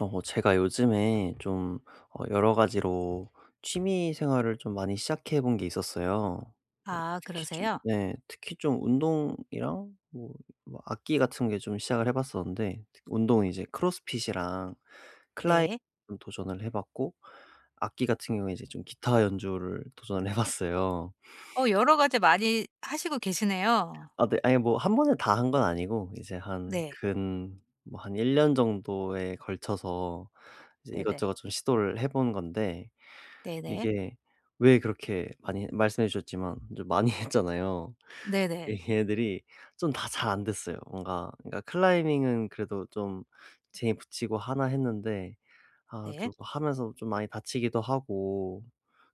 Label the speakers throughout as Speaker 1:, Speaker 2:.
Speaker 1: 제가 요즘에 좀 여러 가지로 취미 생활을 좀 많이 시작해 본 게 있었어요. 뭐
Speaker 2: 아
Speaker 1: 특히 좀
Speaker 2: 그러세요?
Speaker 1: 네 특히 좀 운동이랑 뭐 뭐 악기 같은 게 좀 시작을 해 봤었는데, 운동은 이제 크로스핏이랑 클라이밍
Speaker 2: 네.
Speaker 1: 도전을 해 봤고 악기 같은 경우에 이제 좀 기타 연주를 도전을 해 봤어요.
Speaker 2: 어 여러 가지 많이 하시고 계시네요.
Speaker 1: 아 네. 아니 뭐 한 번에 다 한 건 아니고 이제 한
Speaker 2: 네.
Speaker 1: 근 뭐 한 1년 년 정도에 걸쳐서 이제
Speaker 2: 네네.
Speaker 1: 이것저것 좀 시도를 해본 건데
Speaker 2: 네네.
Speaker 1: 이게 왜 그렇게 많이 말씀해 주셨지만 좀 많이 했잖아요.
Speaker 2: 네네.
Speaker 1: 얘네들이 좀 다 잘 안 됐어요. 뭔가 그러니까 클라이밍은 그래도 좀 재미 붙이고 하나 했는데 아
Speaker 2: 네.
Speaker 1: 좀 하면서 좀 많이 다치기도 하고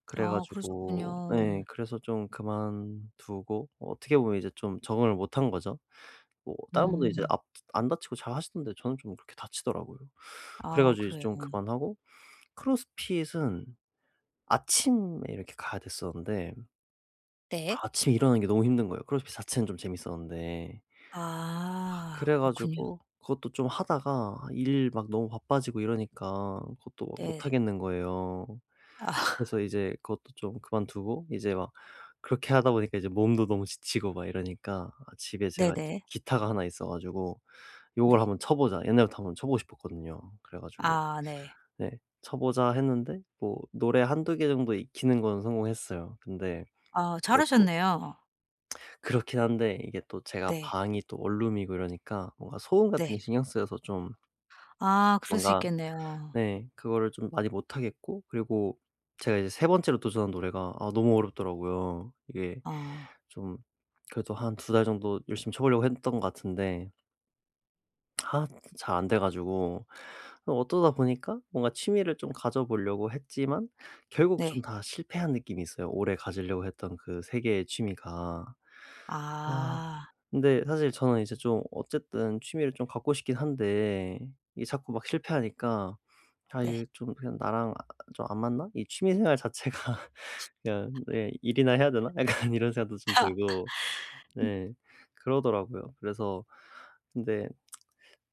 Speaker 1: 그래
Speaker 2: 아
Speaker 1: 가지고 예
Speaker 2: 그러셨군요.
Speaker 1: 그래서 좀 그만두고 어떻게 보면 이제 좀 적응을 못한 거죠. 뭐 다른 분들은 이제
Speaker 2: 음.
Speaker 1: 앞 안 다치고 잘 하시던데 저는 좀 그렇게 다치더라고요. 그래
Speaker 2: 아
Speaker 1: 가지고 이제
Speaker 2: 그래요.
Speaker 1: 좀 그만하고 크로스핏은 아침에 이렇게 가야 됐었는데
Speaker 2: 네.
Speaker 1: 아침에 일어나는 게 너무 힘든 거예요. 크로스핏 자체는 좀 재밌었는데. 아
Speaker 2: 아
Speaker 1: 그래
Speaker 2: 그렇군요.
Speaker 1: 가지고 그것도 좀 하다가 일 막 너무 바빠지고 이러니까 그것도 못
Speaker 2: 네.
Speaker 1: 하겠는 거예요.
Speaker 2: 아
Speaker 1: 그래서 이제 그것도 좀 그만두고 이제 막 그렇게 하다 보니까 이제 몸도 너무 지치고 막 이러니까 아 집에 제가 이제
Speaker 2: 네네.
Speaker 1: 기타가 하나 있어 가지고 '요걸
Speaker 2: 네.
Speaker 1: 한번 쳐 보자.' 옛날부터 한번 쳐 보고 싶었거든요. 그래 가지고
Speaker 2: 아 네.
Speaker 1: 네 쳐 보자 했는데 뭐 노래 한두 개 정도 익히는 건 성공했어요. 근데
Speaker 2: 아
Speaker 1: 이것도
Speaker 2: 잘하셨네요.
Speaker 1: 그렇긴 한데 이게 또 제가
Speaker 2: 네.
Speaker 1: 방이 또 원룸이고 이러니까 뭔가 소음 같은 게
Speaker 2: 네.
Speaker 1: 신경 쓰여서 좀
Speaker 2: 아 그럴 수
Speaker 1: 뭔가
Speaker 2: 있겠네요.
Speaker 1: 네. 그거를 좀 많이 못 하겠고, 그리고 제가 이제 세 번째로 도전한 노래가 아 너무 어렵더라고요. 이게
Speaker 2: 어
Speaker 1: 좀 그래도 한 두 달 정도 열심히 쳐 보려고 했던 것 같은데 아 잘 안 돼 가지고 어떠다 보니까 뭔가 취미를 좀 가져 보려고 했지만 결국 좀
Speaker 2: 네.
Speaker 1: 다 실패한 느낌이 있어요, 오래 가지려고 했던 그 세 개의 취미가. 아
Speaker 2: 아
Speaker 1: 근데 사실 저는 이제 좀 어쨌든 취미를 좀 갖고 싶긴 한데 이게 자꾸 막 실패하니까 '아
Speaker 2: 네.
Speaker 1: 이게 좀 그냥 나랑 아 좀 안 맞나? 이 취미 생활 자체가 그냥 네 일이나 해야 되나?' 약간 이런 생각도 좀 들고 네 그러더라고요. 그래서 근데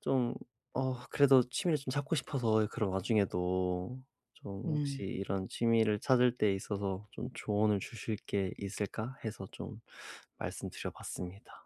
Speaker 1: 좀 어 그래도 취미를 좀 찾고 싶어서 그런 와중에도 좀
Speaker 2: 음.
Speaker 1: 혹시 이런 취미를 찾을 때 있어서 좀 조언을 주실 게 있을까 해서 좀 말씀드려 봤습니다.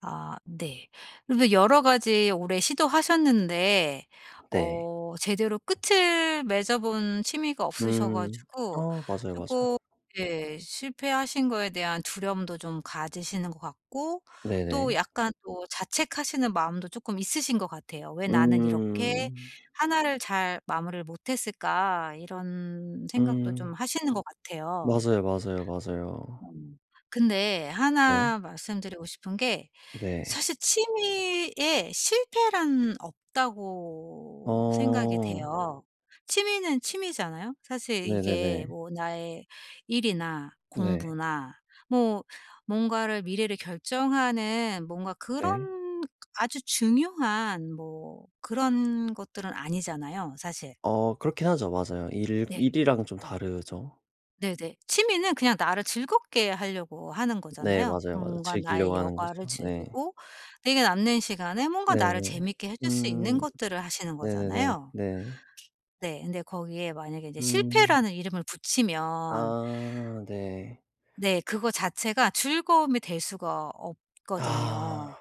Speaker 2: 아 네. 그래서 여러 가지 올해 시도하셨는데
Speaker 1: 네.
Speaker 2: 어 제대로 끝을 맺어 본 취미가 없으셔
Speaker 1: 음.
Speaker 2: 가지고
Speaker 1: 어 맞아요, 맞아요.
Speaker 2: 조금 예 실패하신 거에 대한 두려움도 좀 가지시는 것 같고 또
Speaker 1: 네네.
Speaker 2: 약간 또 자책하시는 마음도 조금 있으신 것 같아요. '왜 나는 이렇게
Speaker 1: 음.
Speaker 2: 하나를 잘 마무리를 못 했을까?' 이런 생각도 좀
Speaker 1: 음.
Speaker 2: 하시는 것 같아요.
Speaker 1: 맞아요, 맞아요, 맞아요.
Speaker 2: 음. 근데
Speaker 1: 네.
Speaker 2: 하나 말씀드리고 싶은 게
Speaker 1: 네.
Speaker 2: 사실 취미에 실패란 없다고 생각이
Speaker 1: 어.
Speaker 2: 돼요. 취미는 취미잖아요. 사실 이게
Speaker 1: 네네네.
Speaker 2: 뭐 나의 일이나
Speaker 1: 네.
Speaker 2: 공부나 뭐 뭔가를 미래를 결정하는 뭔가
Speaker 1: 네.
Speaker 2: 그런 아주 중요한 뭐 그런 것들은 아니잖아요, 사실.
Speaker 1: 어 그렇긴 하죠. 맞아요. 일
Speaker 2: 네.
Speaker 1: 일이랑 좀 다르죠.
Speaker 2: 네네. 취미는 그냥 나를 즐겁게 하려고 하는
Speaker 1: 네
Speaker 2: 거잖아요.
Speaker 1: 맞아요, 맞아요.
Speaker 2: 뭔가 나의
Speaker 1: 즐기려고 하는 거죠.
Speaker 2: 여가를
Speaker 1: 네.
Speaker 2: 즐기고 내게 남는 시간에 뭔가 나를
Speaker 1: 네네.
Speaker 2: 재밌게 해줄 수 있는
Speaker 1: 음.
Speaker 2: 것들을 하시는
Speaker 1: 네네네.
Speaker 2: 거잖아요.
Speaker 1: 네.
Speaker 2: 네. 근데 거기에 만약에 이제
Speaker 1: 음.
Speaker 2: 실패라는 이름을 붙이면
Speaker 1: 아 네.
Speaker 2: 네 그거 자체가 즐거움이 될 수가
Speaker 1: 아.
Speaker 2: 없거든요.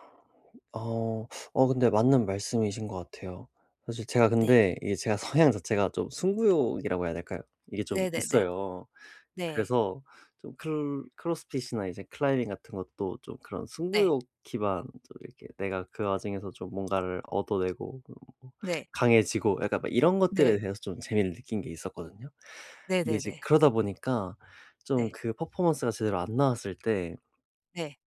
Speaker 1: 어. 어 근데 맞는 말씀이신 것 같아요. 사실 제가
Speaker 2: 네.
Speaker 1: 근데 이게 제가 성향 자체가 좀 승부욕이라고 해야 될까요? 이게 좀
Speaker 2: 네네네.
Speaker 1: 있어요.
Speaker 2: 네.
Speaker 1: 그래서 좀 클 크로스핏이나 이제 클라이밍 같은 것도 좀 그런
Speaker 2: 네.
Speaker 1: 승부욕 기반 좀 이렇게 내가 그 와중에서 좀 뭔가를 얻어내고 뭐
Speaker 2: 네.
Speaker 1: 강해지고 약간 막 이런 것들에
Speaker 2: 네.
Speaker 1: 대해서 좀 재미를 느낀 게 있었거든요. 근데 이제
Speaker 2: 네네네.
Speaker 1: 그러다 보니까 좀
Speaker 2: 네.
Speaker 1: 그 퍼포먼스가 제대로 안 나왔을 때
Speaker 2: 네.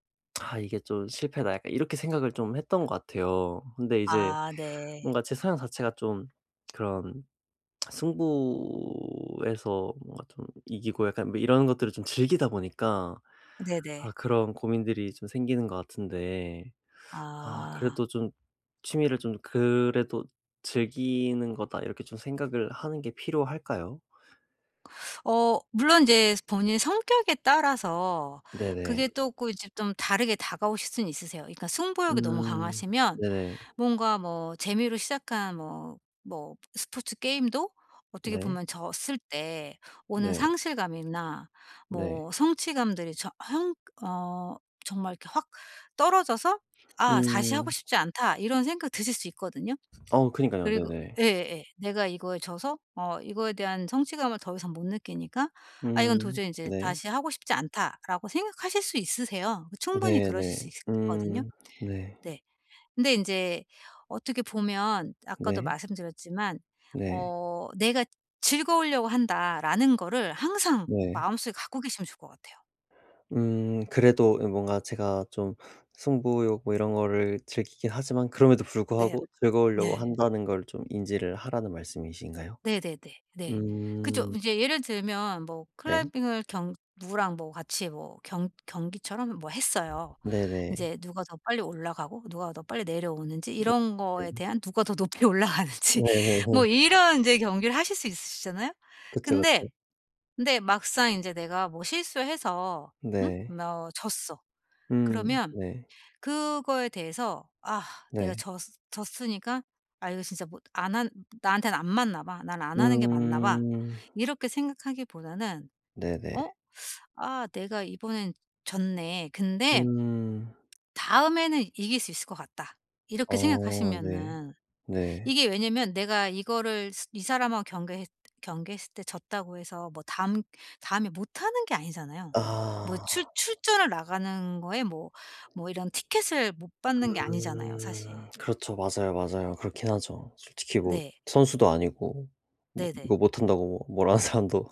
Speaker 1: '아 이게 좀 실패다.' 약간 이렇게 생각을 좀 했던 것 같아요. 근데 이제
Speaker 2: 아 네.
Speaker 1: 뭔가 제 성향 자체가 좀 그런 승부에서 뭔가 좀 이기고 약간 뭐 이런 것들을 좀 즐기다 보니까 아
Speaker 2: 네네.
Speaker 1: 그런 고민들이 좀 생기는 것 같은데 아
Speaker 2: 아.
Speaker 1: 그래도 좀 '취미를 좀 그래도 즐기는 거다.' 이렇게 좀 생각을 하는 게 필요할까요?
Speaker 2: 어 물론 이제 본인 성격에 따라서
Speaker 1: 네네.
Speaker 2: 그게 또고 이제 좀 다르게 다가오실 수는 있으세요. 그러니까 승부욕이 너무
Speaker 1: 음.
Speaker 2: 강하시면
Speaker 1: 네네.
Speaker 2: 뭔가 뭐 재미로 시작한 뭐 뭐 스포츠 게임도 어떻게
Speaker 1: 네.
Speaker 2: 보면 졌을 때 오는
Speaker 1: 네.
Speaker 2: 상실감이나
Speaker 1: 네.
Speaker 2: 뭐 성취감들이 저 형 어 정말 이렇게 확 떨어져서 '아 다시 하고
Speaker 1: 음.
Speaker 2: 싶지 않다.' 이런 생각 드실 수 있거든요.
Speaker 1: 어 그니까요.
Speaker 2: 그리고
Speaker 1: 네네.
Speaker 2: 예예. 내가 이거에 져서 어 이거에 대한 성취감을 더 이상 못 느끼니까 '아 이건
Speaker 1: 음.
Speaker 2: 도저히 인제
Speaker 1: 네.
Speaker 2: 다시 하고 싶지 않다.'라고 생각하실 수 있으세요. 충분히 그러실 수
Speaker 1: 네네.
Speaker 2: 있 있거든요.
Speaker 1: 음. 네.
Speaker 2: 네. 근데 인제 어떻게 보면 아까도
Speaker 1: 네.
Speaker 2: 말씀드렸지만
Speaker 1: 네.
Speaker 2: 어 '내가 즐거우려고 한다.'라는 거를 항상
Speaker 1: 네.
Speaker 2: 마음속에 갖고 계시면 좋을 것 같아요.
Speaker 1: 그래도 뭔가 제가 좀 승부욕 뭐 이런 거를 즐기긴 하지만 그럼에도
Speaker 2: 네.
Speaker 1: 불구하고 즐거우려고
Speaker 2: 네.
Speaker 1: 한다는 걸 좀 인지를 하라는 말씀이신가요?
Speaker 2: 네네네. 네. 그죠.
Speaker 1: 음
Speaker 2: 이제 예를 들면 뭐
Speaker 1: 네.
Speaker 2: 클라이밍을 경 누구랑 뭐 같이 뭐 경 경기처럼 뭐 했어요.
Speaker 1: 네네.
Speaker 2: 인제 누가 더 빨리 올라가고 누가 더 빨리 내려오는지
Speaker 1: 네.
Speaker 2: 이런
Speaker 1: 네.
Speaker 2: 거에 대한 누가 더 높이 올라가는지 뭐
Speaker 1: 네네네.
Speaker 2: 이런 인제 경기를 하실 수 있으시잖아요.
Speaker 1: 그쵸,
Speaker 2: 근데
Speaker 1: 그쵸.
Speaker 2: 근데 막상 인제 내가 뭐 실수해서 응?
Speaker 1: 네.
Speaker 2: 뭐 졌어. 그러면
Speaker 1: 네.
Speaker 2: 그거에 대해서 '아 내가
Speaker 1: 네.
Speaker 2: 졌 졌으니까 아 이거 진짜 못 안 한 나한테는 안 맞나 봐. 난 안 하는 게 맞나 봐.'
Speaker 1: 음
Speaker 2: 이렇게 생각하기보다는 '어
Speaker 1: 네네.
Speaker 2: 아 내가 이번엔 졌네. 근데
Speaker 1: 음.
Speaker 2: 다음에는 이길 수 있을 것 같다.' 이렇게
Speaker 1: 어 네.
Speaker 2: 생각하시면은
Speaker 1: 네.
Speaker 2: 이게 왜냐면 내가 이거를 스 이 사람하고 경계했을 때 졌다고 해서 뭐 다음에 못하는 게 아니잖아요. 뭐
Speaker 1: 아.
Speaker 2: 출 출전을 나가는 거에 뭐 뭐 이런 티켓을 못 받는 게 아니잖아요 사실.
Speaker 1: 음. 그렇죠. 맞아요, 맞아요. 그렇긴 하죠. 솔직히 뭐
Speaker 2: 네.
Speaker 1: 선수도 아니고 뭐
Speaker 2: 네네. 네.
Speaker 1: 이거 못한다고 뭐 뭐라는 사람도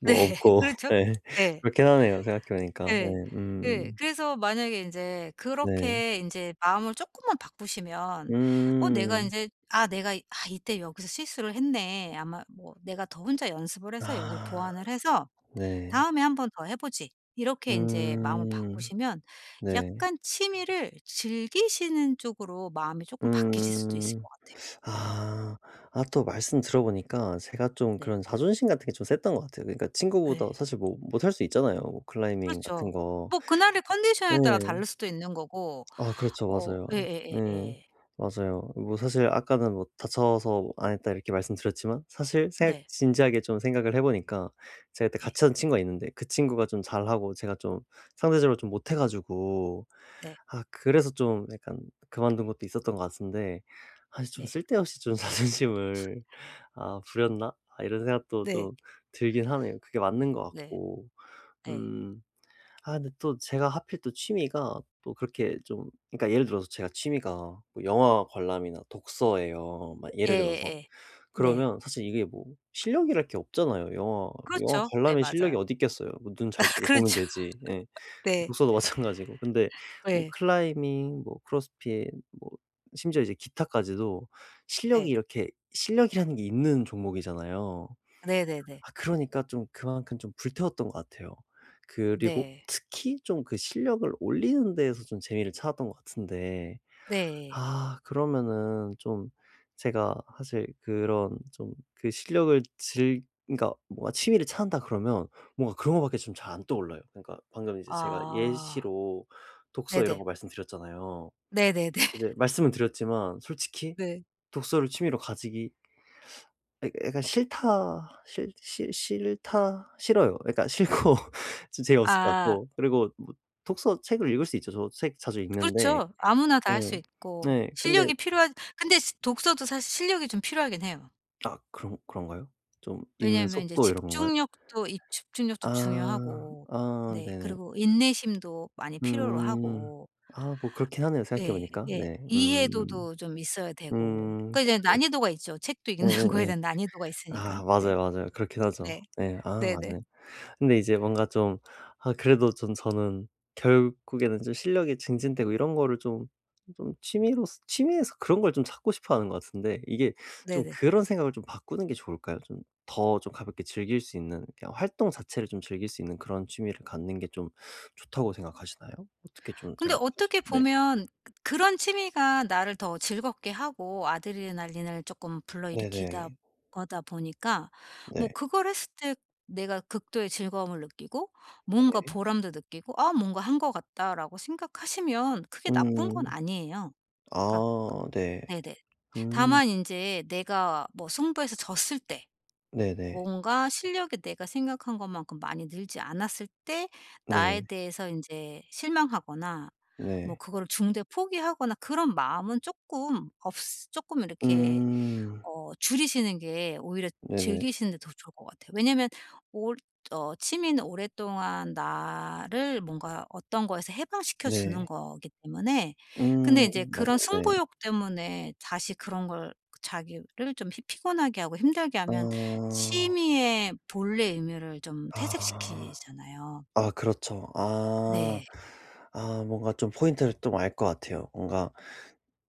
Speaker 1: 뭐 없고
Speaker 2: 그렇죠.
Speaker 1: 예.
Speaker 2: 네,
Speaker 1: 그렇긴 하네요, 생각해 보니까. 네.
Speaker 2: 네, 네.
Speaker 1: 음.
Speaker 2: 그래서 만약에 이제
Speaker 1: 네.
Speaker 2: 그렇게 이제 마음을 조금만 바꾸시면 어 내가 이
Speaker 1: 음.
Speaker 2: 제 '아 내가 이때 여기서 실수를 했네. 아마 뭐 내가 더 혼자 연습을 해서 여기를
Speaker 1: 아.
Speaker 2: 보완을 해서
Speaker 1: 네.
Speaker 2: '다음에 한 번 더 해 보지.' 이렇게 인제 마음을
Speaker 1: 음.
Speaker 2: 바꾸시면
Speaker 1: 네.
Speaker 2: 약간 취미를 즐기시는 쪽으로 마음이 쪼끔 바뀌실 수도 있을
Speaker 1: 음.
Speaker 2: 것 같아요.
Speaker 1: 아. 아 또 말씀 들어 보니까 제가 좀
Speaker 2: 네.
Speaker 1: 그런 자존심 같은 게 좀 셌던 것 같아요. 그러니까
Speaker 2: 예.
Speaker 1: 친구보다 사실 뭐 못할 수 있잖아요, 뭐 클라이밍 같은
Speaker 2: 그렇죠.
Speaker 1: 거.
Speaker 2: 뭐 그날의 컨디션에 따라
Speaker 1: 예.
Speaker 2: 다를 수도 있는 거고
Speaker 1: 아 그렇죠.
Speaker 2: 어
Speaker 1: 맞아요. 네.
Speaker 2: 예예예예.
Speaker 1: 맞아요. 뭐 사실 아까는 뭐 "다쳐서 안 했다." 이렇게 말씀드렸지만 사실 생각
Speaker 2: 네.
Speaker 1: 진지하게 좀 생각을 해 보니까 제가 그때
Speaker 2: 네.
Speaker 1: 같이 한 친구가 있는데 그 친구가 좀 잘하고 제가 좀 상대적으로 좀 못해 가지고
Speaker 2: 네.
Speaker 1: 아 그래서 좀 약간 그만둔 것도 있었던 것 같은데 사실 좀
Speaker 2: 네.
Speaker 1: '쓸데없이 좀 자존심을 아 부렸나?' 아 이런 생각도
Speaker 2: 네.
Speaker 1: 좀 들긴 하네요. 그게 맞는 것
Speaker 2: 네.
Speaker 1: 같고.
Speaker 2: 네.
Speaker 1: 음. 아 근데 또 제가 하필 또 취미가 또 그렇게 좀 그러니까 예를 들어서 제가 취미가 뭐 영화 관람이나 독서예요. 막 예를 들어서.
Speaker 2: 예예예. 네.
Speaker 1: 그러면 사실 이게 뭐 실력이랄 게 없잖아요. 영화
Speaker 2: 그렇죠. 네
Speaker 1: 관람에 실력이
Speaker 2: 맞아요.
Speaker 1: 어디 있겠어요. 뭐 눈 잘 뜨고 보면
Speaker 2: 그렇죠.
Speaker 1: 되지. 예.
Speaker 2: 네.
Speaker 1: 독서도 마찬가지고. 근데 뭐
Speaker 2: 예.
Speaker 1: 클라이밍 뭐 크로스핏 뭐 심지어 이제 기타까지도 실력이
Speaker 2: 네.
Speaker 1: 이렇게 실력이라는 게 있는 종목이잖아요.
Speaker 2: 네네네.
Speaker 1: 아 그러니까 좀 그만큼 좀 불태웠던 것 같아요. 그리고
Speaker 2: 네.
Speaker 1: 특히 좀 그 실력을 올리는 데에서 좀 재미를 찾았던 것 같은데
Speaker 2: 네.
Speaker 1: 아 그러면은 좀 제가 사실 그런 좀 그 실력을 즐 그러니까 뭔가 취미를 찾는다 그러면 뭔가 그런 거 밖에 좀 잘 안 떠올라요. 그러니까 방금 이제 제가
Speaker 2: 아.
Speaker 1: 예시로 독서 이런
Speaker 2: 네네.
Speaker 1: 거 말씀드렸잖아요.
Speaker 2: 네네네.
Speaker 1: 이제 말씀은 드렸지만 솔직히
Speaker 2: 네.
Speaker 1: 독서를 취미로 가지기 약 약간 싫다 싫 싫 싫다 싫어요. 그러니까 싫고 좀 재미없을 것
Speaker 2: 아
Speaker 1: 같고 그리고 뭐 독서 책을 읽을 수 있죠. 저 책 자주 읽는데
Speaker 2: 그렇죠. 아무나 다
Speaker 1: 예.
Speaker 2: 할 수 있고
Speaker 1: 네. 근데
Speaker 2: 실력이 필요하 근데 시 독서도 사실 실력이 좀 필요하긴 해요.
Speaker 1: 아 그런 그런가요? 좀 읽는
Speaker 2: 왜냐하면 인제
Speaker 1: 속도 이런 건가요?
Speaker 2: 집중력도 이 집중력도
Speaker 1: 아.
Speaker 2: 중요하고
Speaker 1: 아
Speaker 2: 네
Speaker 1: 네네.
Speaker 2: 그리고 인내심도 많이 필요로
Speaker 1: 음.
Speaker 2: 하고
Speaker 1: 아 뭐 그렇긴 하네요 생각해
Speaker 2: 예
Speaker 1: 보니까.
Speaker 2: 예
Speaker 1: 네. 음.
Speaker 2: 이해도도 좀 있어야 되고
Speaker 1: 음.
Speaker 2: 그 이제
Speaker 1: 그쵸.
Speaker 2: 난이도가 있죠. 책도 읽는 거에
Speaker 1: 예예예.
Speaker 2: 대한 난이도가 있으니까.
Speaker 1: 아
Speaker 2: 네.
Speaker 1: 맞아요, 맞아요. 그렇긴 하죠.
Speaker 2: 네.
Speaker 1: 예. 아
Speaker 2: 네네.
Speaker 1: 맞네. 근데 이제 뭔가 좀 아 그래도 좀 저는 결국에는 좀 실력이 증진되고 이런 거를 좀 좀 취미로 취미에서 그런 걸 좀 찾고 싶어 하는 것 같은데 이게 좀
Speaker 2: 네네.
Speaker 1: 그런 생각을 좀 바꾸는 게 좋을까요? 좀 더 좀 가볍게 즐길 수 있는 그냥 활동 자체를 좀 즐길 수 있는 그런 취미를 갖는 게 좀 좋다고 생각하시나요? 어떻게 좀
Speaker 2: 근데
Speaker 1: 생각하시
Speaker 2: 어떻게
Speaker 1: 네.
Speaker 2: 보면 그런 취미가 나를 더 즐겁게 하고 아드레날린을 쪼끔 불러일으키다
Speaker 1: 네네.
Speaker 2: 거다 보니까 뭐
Speaker 1: 네.
Speaker 2: 그걸 했을 때 내가 극도의 즐거움을 느끼고 뭔가
Speaker 1: 네.
Speaker 2: 보람도 느끼고 '아 뭔가 한 것 같다.'라고 생각하시면 크게 나쁜 건
Speaker 1: 음.
Speaker 2: 아니에요. 그러니까
Speaker 1: 아 네.
Speaker 2: 네네.
Speaker 1: 음.
Speaker 2: 다만 인제 내가 뭐 승부해서 졌을 때
Speaker 1: 네네.
Speaker 2: 뭔가 실력이 내가 생각한 것만큼 많이 늘지 않았을 때 나에
Speaker 1: 네.
Speaker 2: 대해서 인제 실망하거나 뭐
Speaker 1: 네.
Speaker 2: 그거를 중도에 포기하거나 그런 마음은 쪼끔 없으 쪼끔 이렇게
Speaker 1: 음.
Speaker 2: 어 줄이시는 게 오히려
Speaker 1: 네네.
Speaker 2: 즐기시는 데 더 좋을 것 같아요. 왜냐면 올 어 취미는 오랫동안 나를 뭔가 어떤 거에서 해방시켜 주는
Speaker 1: 네.
Speaker 2: 거기 때문에
Speaker 1: 음
Speaker 2: 근데 인제
Speaker 1: 맞아요.
Speaker 2: 그런
Speaker 1: 네.
Speaker 2: 승부욕 때문에 다시 그런 걸 자기를 좀 피 피곤하게 하고 힘들게 하면
Speaker 1: 아.
Speaker 2: 취미의 본래의 의미를 좀
Speaker 1: 아.
Speaker 2: 퇴색시키잖아요.
Speaker 1: 아 그렇죠. 아.
Speaker 2: 네.
Speaker 1: 아 뭔가 좀 포인트를 좀 알 것 같아요. 뭔가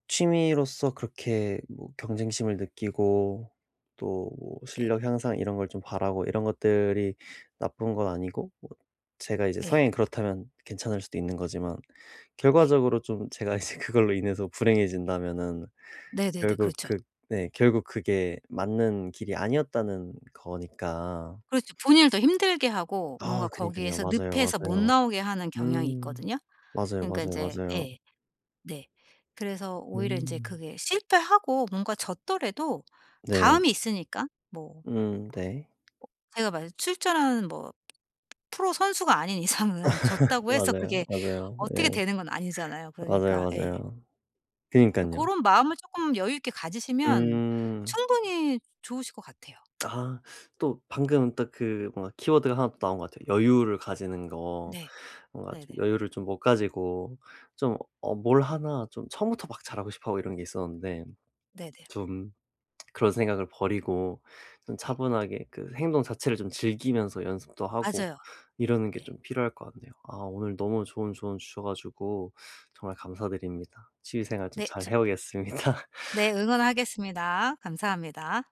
Speaker 1: 취미로서 그렇게 뭐 경쟁심을 느끼고 또 뭐
Speaker 2: 네.
Speaker 1: 실력 향상 이런 걸 좀 바라고 이런 것들이 나쁜 건 아니고 뭐 제가 이제
Speaker 2: 예.
Speaker 1: 성향이 그렇다면 괜찮을 수도 있는 거지만
Speaker 2: 네.
Speaker 1: 결과적으로 좀 제가 이제 그걸로 인해서 불행해진다면은
Speaker 2: 네네네.
Speaker 1: 결국
Speaker 2: 그렇죠.
Speaker 1: 그 네 결국 그게 맞는 길이 아니었다는 거니까.
Speaker 2: 그렇죠. 본인을 더 힘들게 하고 뭔가
Speaker 1: 아 그니깐요.
Speaker 2: 거기에서
Speaker 1: 맞아요,
Speaker 2: 늪에서 못
Speaker 1: 맞아요.
Speaker 2: 나오게 하는 경향이
Speaker 1: 음.
Speaker 2: 있거든요.
Speaker 1: 맞아요,
Speaker 2: 그러니까 이
Speaker 1: 맞아요,
Speaker 2: 제
Speaker 1: 맞아요.
Speaker 2: 예. 네. 그래서 오히려 인제
Speaker 1: 음.
Speaker 2: 그게 실패하고 뭔가 졌더라도
Speaker 1: 네.
Speaker 2: 다음이 있으니까 뭐
Speaker 1: 네.
Speaker 2: 제가 만약 출전하는 뭐 프로 선수가 아닌 이상은 졌다고 해서
Speaker 1: 맞아요,
Speaker 2: 그게
Speaker 1: 맞아요.
Speaker 2: 어떻게
Speaker 1: 예.
Speaker 2: 되는 건 아니잖아요.
Speaker 1: 맞아요,
Speaker 2: 그러니까 예.
Speaker 1: 맞아요. 그니깐요.
Speaker 2: 고런 마음을 쪼끔 여유 있게 가지시면
Speaker 1: 음.
Speaker 2: 충분히 좋으실 것 같아요.
Speaker 1: 아 또 방금 딱 그 뭔가 키워드가 하나 또 나온 것 같아요. 여유를 가지는 거.
Speaker 2: 네.
Speaker 1: 뭔가 좀
Speaker 2: 네네.
Speaker 1: 여유를 좀 못 가지고 좀 어 뭘 하나 좀 처음부터 막 잘하고 싶어 하고 이런 게 있었는데
Speaker 2: 네네.
Speaker 1: 좀 그런 생각을 버리고 좀
Speaker 2: 네.
Speaker 1: 차분하게 그 행동 자체를 좀 즐기면서 연습도 하고
Speaker 2: 맞아요.
Speaker 1: 이러는 게
Speaker 2: 네.
Speaker 1: 좀 필요할 것 같네요. 아 오늘 너무 좋은 조언 주셔 가지고 정말 감사드립니다. 취미생활 좀
Speaker 2: 네.
Speaker 1: 잘
Speaker 2: 저
Speaker 1: 해 오겠습니다.
Speaker 2: 네 응원하겠습니다. 감사합니다.